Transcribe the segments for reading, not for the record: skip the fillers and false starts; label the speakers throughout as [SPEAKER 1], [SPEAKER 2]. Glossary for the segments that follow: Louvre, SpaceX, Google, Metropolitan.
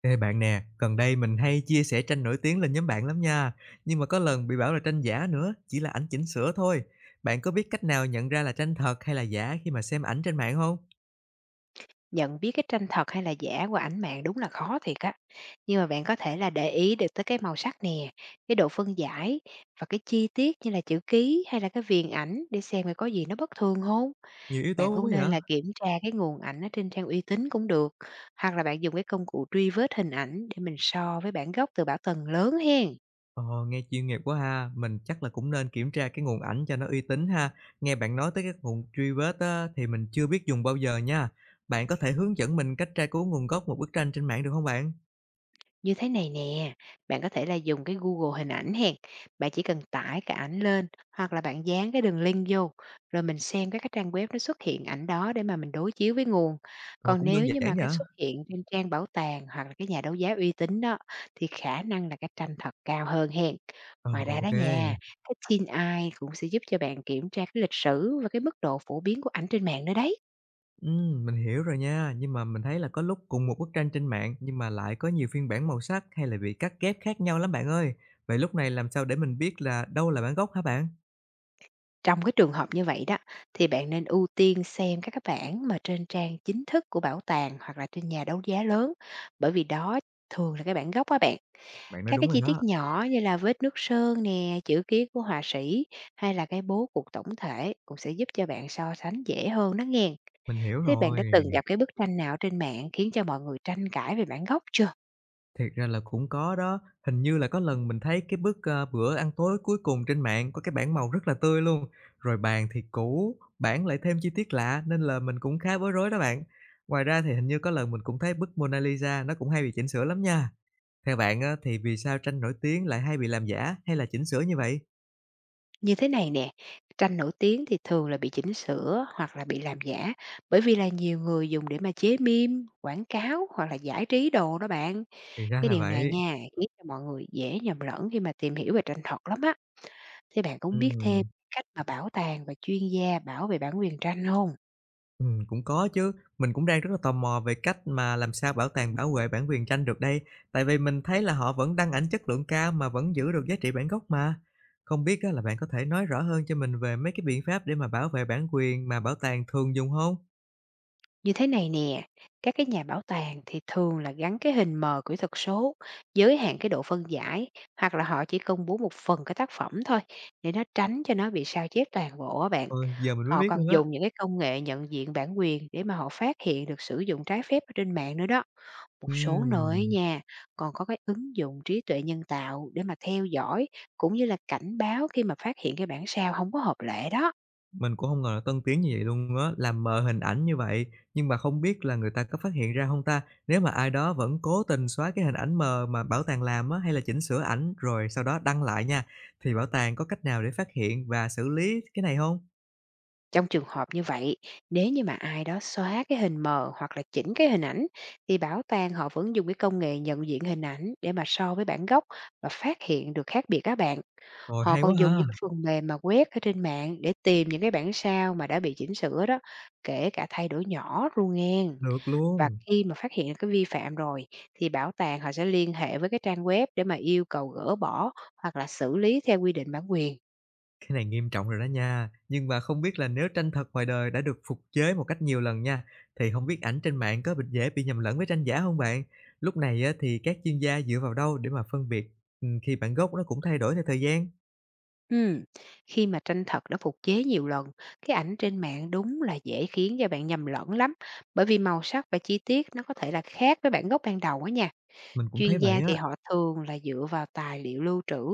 [SPEAKER 1] Ê bạn nè, gần đây mình hay chia sẻ tranh nổi tiếng lên nhóm bạn lắm nha, nhưng mà có lần bị bảo là tranh giả nữa, chỉ là ảnh chỉnh sửa thôi. Bạn có biết cách nào nhận ra là tranh thật hay là giả khi mà xem ảnh trên mạng không?
[SPEAKER 2] Nhận biết cái tranh thật hay là giả qua ảnh mạng đúng là khó thiệt á. Nhưng mà bạn có thể là để ý được tới cái màu sắc nè, cái độ phân giải và cái chi tiết như là chữ ký hay là cái viền ảnh để xem coi có gì nó bất thường không.
[SPEAKER 1] Nhiều yếu tố
[SPEAKER 2] Bạn
[SPEAKER 1] quá
[SPEAKER 2] cũng nên
[SPEAKER 1] vậy.
[SPEAKER 2] là kiểm tra cái nguồn ảnh ở trên trang uy tín cũng được, hoặc là bạn dùng cái công cụ truy vết hình ảnh để mình so với bản gốc từ bảo tàng lớn hen.
[SPEAKER 1] Ồ, nghe chuyên nghiệp quá ha, mình chắc là cũng nên kiểm tra cái nguồn ảnh cho nó uy tín ha. Nghe bạn nói tới các nguồn truy vết á, thì mình chưa biết dùng bao giờ nha. Bạn có thể hướng dẫn mình cách tra cứu nguồn gốc một bức tranh trên mạng được không bạn?
[SPEAKER 2] Như thế này nè, bạn có thể là dùng cái Google hình ảnh hèn, bạn chỉ cần tải cái ảnh lên hoặc là bạn dán cái đường link vô, rồi mình xem các cái trang web nó xuất hiện ảnh đó để mà mình đối chiếu với nguồn.
[SPEAKER 1] Ồ,
[SPEAKER 2] Còn
[SPEAKER 1] cũng đơn
[SPEAKER 2] nếu như mà
[SPEAKER 1] giản vậy.
[SPEAKER 2] cái xuất hiện trên trang bảo tàng hoặc là cái nhà đấu giá uy tín đó, thì khả năng là cái tranh thật cao hơn hèn.
[SPEAKER 1] Ồ,
[SPEAKER 2] Ngoài ra đó
[SPEAKER 1] ok.
[SPEAKER 2] nha, cái tin AI cũng sẽ giúp cho bạn kiểm tra cái lịch sử và cái mức độ phổ biến của ảnh trên mạng nữa đấy.
[SPEAKER 1] Mình hiểu rồi nha, nhưng mà mình thấy là có lúc cùng một bức tranh trên mạng nhưng mà lại có nhiều phiên bản màu sắc hay là bị cắt ghép khác nhau lắm bạn ơi. Vậy lúc này làm sao để mình biết là đâu là bản gốc hả bạn?
[SPEAKER 2] Trong cái trường hợp như vậy đó, thì bạn nên ưu tiên xem các cái bản mà trên trang chính thức của bảo tàng hoặc là trên nhà đấu giá lớn, bởi vì đó thường là cái bản gốc á bạn.
[SPEAKER 1] Bạn nói
[SPEAKER 2] Các
[SPEAKER 1] đúng
[SPEAKER 2] cái
[SPEAKER 1] rồi
[SPEAKER 2] chi
[SPEAKER 1] đó,
[SPEAKER 2] tiết nhỏ như là vết nước sơn nè, chữ ký của họa sĩ hay là cái bố cục tổng thể cũng sẽ giúp cho bạn so sánh dễ hơn đó nghe.
[SPEAKER 1] mình hiểu
[SPEAKER 2] Thế bạn đã
[SPEAKER 1] rồi.
[SPEAKER 2] từng gặp cái bức tranh nào trên mạng khiến cho mọi người tranh cãi về bản gốc chưa?
[SPEAKER 1] Thiệt ra là cũng có đó, hình như là có lần mình thấy cái bức, bữa ăn tối cuối cùng trên mạng có cái bản màu rất là tươi luôn, rồi bàn thì cũ, bảng lại thêm chi tiết lạ nên là mình cũng khá bối rối đó bạn. Ngoài ra thì hình như có lần mình cũng thấy bức Mona Lisa nó cũng hay bị chỉnh sửa lắm nha. Theo bạn á, thì vì sao tranh nổi tiếng lại hay bị làm giả hay là chỉnh sửa như vậy?
[SPEAKER 2] Như thế này nè, tranh nổi tiếng thì thường là bị chỉnh sửa hoặc là bị làm giả bởi vì là nhiều người dùng để mà chế meme, quảng cáo hoặc là giải trí đồ đó bạn.
[SPEAKER 1] Thì ra
[SPEAKER 2] Cái
[SPEAKER 1] là
[SPEAKER 2] điều này
[SPEAKER 1] vậy.
[SPEAKER 2] nha, khiến cho mọi người dễ nhầm lẫn khi mà tìm hiểu về tranh thật lắm á. Thế bạn cũng biết thêm
[SPEAKER 1] Ừm,
[SPEAKER 2] cách mà bảo tàng và chuyên gia bảo vệ bản quyền tranh không?
[SPEAKER 1] cũng có chứ. Mình cũng đang rất là tò mò về cách mà làm sao bảo tàng bảo vệ bản quyền tranh được đây. Tại vì mình thấy là họ vẫn đăng ảnh chất lượng cao mà vẫn giữ được giá trị bản gốc mà. Không biết á, là bạn có thể nói rõ hơn cho mình về mấy cái biện pháp để mà bảo vệ bản quyền mà bảo tàng thường dùng không?
[SPEAKER 2] Như thế này nè, các cái nhà bảo tàng thì thường là gắn cái hình mờ kỹ thuật số, giới hạn cái độ phân giải hoặc là họ chỉ công bố một phần cái tác phẩm thôi để nó tránh cho nó bị sao chép toàn bộ á bạn.
[SPEAKER 1] Ôi, giờ mình mới
[SPEAKER 2] Họ
[SPEAKER 1] biết
[SPEAKER 2] còn
[SPEAKER 1] luôn á.
[SPEAKER 2] dùng những cái công nghệ nhận diện bản quyền để mà họ phát hiện được sử dụng trái phép ở trên mạng nữa đó. Một số nơi á
[SPEAKER 1] Ừm.
[SPEAKER 2] nha, còn có cái ứng dụng trí tuệ nhân tạo để mà theo dõi cũng như là cảnh báo khi mà phát hiện cái bản sao không có hợp lệ đó.
[SPEAKER 1] Mình cũng không ngờ là tân tiến như vậy luôn á, làm mờ hình ảnh như vậy, nhưng mà không biết là người ta có phát hiện ra không ta? Nếu mà ai đó vẫn cố tình xóa cái hình ảnh mờ mà bảo tàng làm á, hay là chỉnh sửa ảnh rồi sau đó đăng lại nha, thì bảo tàng có cách nào để phát hiện và xử lý cái này không?
[SPEAKER 2] Trong trường hợp như vậy, nếu như mà ai đó xóa cái hình mờ hoặc là chỉnh cái hình ảnh thì bảo tàng họ vẫn dùng cái công nghệ nhận diện hình ảnh để mà so với bản gốc và phát hiện được khác biệt các bạn.
[SPEAKER 1] Rồi
[SPEAKER 2] Họ
[SPEAKER 1] hay quá!
[SPEAKER 2] còn dùng
[SPEAKER 1] Ha!
[SPEAKER 2] những cái phần mềm mà quét ở trên mạng để tìm những cái bản sao mà đã bị chỉnh sửa đó, kể cả thay đổi nhỏ luôn nghen.
[SPEAKER 1] Được
[SPEAKER 2] Và
[SPEAKER 1] luôn.
[SPEAKER 2] khi mà phát hiện cái vi phạm rồi thì bảo tàng họ sẽ liên hệ với cái trang web để mà yêu cầu gỡ bỏ hoặc là xử lý theo quy định bản quyền.
[SPEAKER 1] Cái này nghiêm trọng rồi đó nha, nhưng mà không biết là nếu tranh thật ngoài đời đã được phục chế một cách nhiều lần nha, thì không biết ảnh trên mạng có bị dễ bị nhầm lẫn với tranh giả không bạn? Lúc này á, thì các chuyên gia dựa vào đâu để mà phân biệt, khi bản gốc nó cũng thay đổi theo thời gian?
[SPEAKER 2] Ừm. Khi mà tranh thật đã phục chế nhiều lần, cái ảnh trên mạng đúng là dễ khiến cho bạn nhầm lẫn lắm, bởi vì màu sắc và chi tiết nó có thể là khác với bản gốc ban đầu á nha.
[SPEAKER 1] Mình cũng thấy
[SPEAKER 2] Chuyên
[SPEAKER 1] vậy
[SPEAKER 2] gia
[SPEAKER 1] á,
[SPEAKER 2] thì họ thường là dựa vào tài liệu lưu trữ,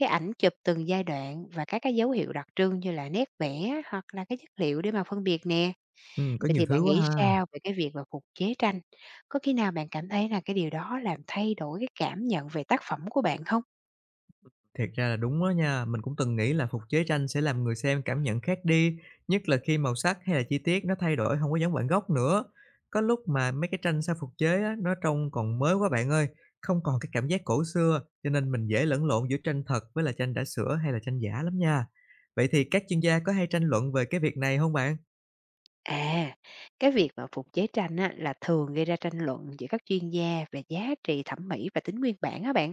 [SPEAKER 2] cái ảnh chụp từng giai đoạn và các cái dấu hiệu đặc trưng như là nét vẽ hoặc là cái chất liệu để mà phân biệt nè.
[SPEAKER 1] có
[SPEAKER 2] Vậy
[SPEAKER 1] nhiều
[SPEAKER 2] thì
[SPEAKER 1] thứ
[SPEAKER 2] bạn
[SPEAKER 1] quá
[SPEAKER 2] nghĩ
[SPEAKER 1] ha.
[SPEAKER 2] sao về cái việc mà phục chế tranh? Có khi nào bạn cảm thấy là cái điều đó làm thay đổi cái cảm nhận về tác phẩm của bạn không?
[SPEAKER 1] Thiệt ra là đúng đó nha, mình cũng từng nghĩ là phục chế tranh sẽ làm người xem cảm nhận khác đi, nhất là khi màu sắc hay là chi tiết nó thay đổi không có giống bản gốc nữa. Có lúc mà mấy cái tranh sau phục chế á, nó trông còn mới quá bạn ơi, không còn cái cảm giác cổ xưa, cho nên mình dễ lẫn lộn giữa tranh thật với là tranh đã sửa hay là tranh giả lắm nha. Vậy thì các chuyên gia có hay tranh luận về cái việc này không bạn?
[SPEAKER 2] À, cái việc mà phục chế tranh á, là thường gây ra tranh luận giữa các chuyên gia về giá trị thẩm mỹ và tính nguyên bản á bạn.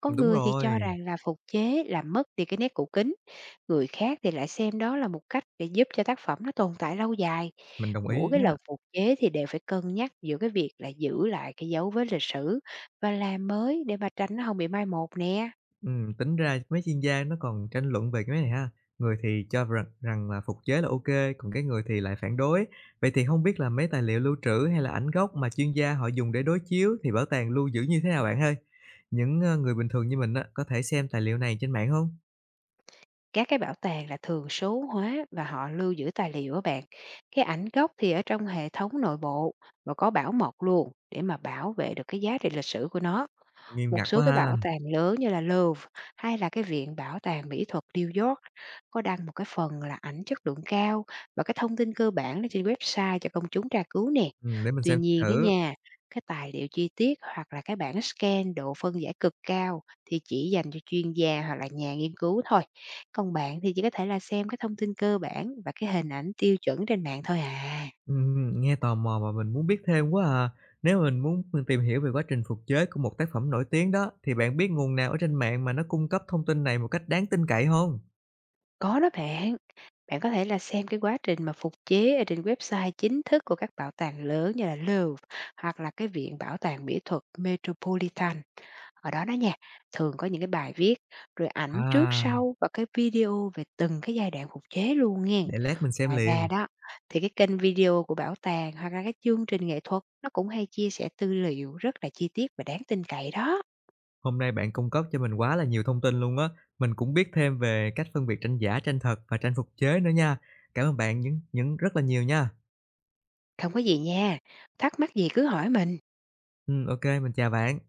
[SPEAKER 2] Có
[SPEAKER 1] Đúng
[SPEAKER 2] người thì cho
[SPEAKER 1] rồi,
[SPEAKER 2] rằng là phục chế làm mất đi cái nét cũ kính. Người khác thì lại xem đó là một cách để giúp cho tác phẩm nó tồn tại lâu dài.
[SPEAKER 1] mình đồng
[SPEAKER 2] Mỗi
[SPEAKER 1] ý
[SPEAKER 2] cái lần
[SPEAKER 1] á.
[SPEAKER 2] phục chế thì đều phải cân nhắc giữa cái việc là giữ lại cái dấu vết lịch sử và làm mới để mà tránh nó không bị mai một nè.
[SPEAKER 1] Tính ra mấy chuyên gia nó còn tranh luận về cái này ha. Người thì cho rằng rằng là phục chế là OK, còn cái người thì lại phản đối. Vậy thì không biết là mấy tài liệu lưu trữ hay là ảnh gốc mà chuyên gia họ dùng để đối chiếu thì bảo tàng lưu giữ như thế nào bạn ơi? Người bình thường như mình á, có thể xem tài liệu này trên mạng không?
[SPEAKER 2] Các cái bảo tàng là thường số hóa và họ lưu giữ tài liệu các bạn. Cái ảnh gốc thì ở trong hệ thống nội bộ và có bảo mật luôn để mà bảo vệ được cái giá trị lịch sử của nó.
[SPEAKER 1] Nghiêm
[SPEAKER 2] Một
[SPEAKER 1] ngặt quá
[SPEAKER 2] số cái
[SPEAKER 1] ha.
[SPEAKER 2] bảo tàng lớn như là Louvre hay là cái viện bảo tàng mỹ thuật New York có đăng một cái phần là ảnh chất lượng cao và cái thông tin cơ bản lên trên website cho công chúng tra cứu nè.
[SPEAKER 1] Để mình
[SPEAKER 2] Tuy
[SPEAKER 1] xem
[SPEAKER 2] nhiên đó
[SPEAKER 1] thử.
[SPEAKER 2] nha, cái tài liệu chi tiết hoặc là cái bản scan độ phân giải cực cao thì chỉ dành cho chuyên gia hoặc là nhà nghiên cứu thôi. Còn bạn thì chỉ có thể là xem cái thông tin cơ bản và cái hình ảnh tiêu chuẩn trên mạng thôi à.
[SPEAKER 1] Nghe tò mò mà mình muốn biết thêm quá à. Nếu mình muốn tìm hiểu về quá trình phục chế của một tác phẩm nổi tiếng đó, thì bạn biết nguồn nào ở trên mạng mà nó cung cấp thông tin này một cách đáng tin cậy không?
[SPEAKER 2] Có đó bạn, bạn có thể là xem cái quá trình mà phục chế ở trên website chính thức của các bảo tàng lớn như là Louvre hoặc là cái viện bảo tàng mỹ thuật Metropolitan. Ở đó đó nha, thường có những cái bài viết, rồi ảnh trước
[SPEAKER 1] À.
[SPEAKER 2] sau và cái video về từng cái giai đoạn phục chế luôn nghen.
[SPEAKER 1] Để lát mình xem
[SPEAKER 2] Ngoài ra
[SPEAKER 1] liền.
[SPEAKER 2] đó, thì cái kênh video của bảo tàng hoặc là cái chương trình nghệ thuật nó cũng hay chia sẻ tư liệu rất là chi tiết và đáng tin cậy đó.
[SPEAKER 1] Hôm nay bạn cung cấp cho mình quá là nhiều thông tin luôn á. Mình cũng biết thêm về cách phân biệt tranh giả, tranh thật và tranh phục chế nữa nha. Cảm ơn bạn những rất là nhiều nha.
[SPEAKER 2] Không có gì nha, thắc mắc gì cứ hỏi mình.
[SPEAKER 1] Ô mình chào bạn.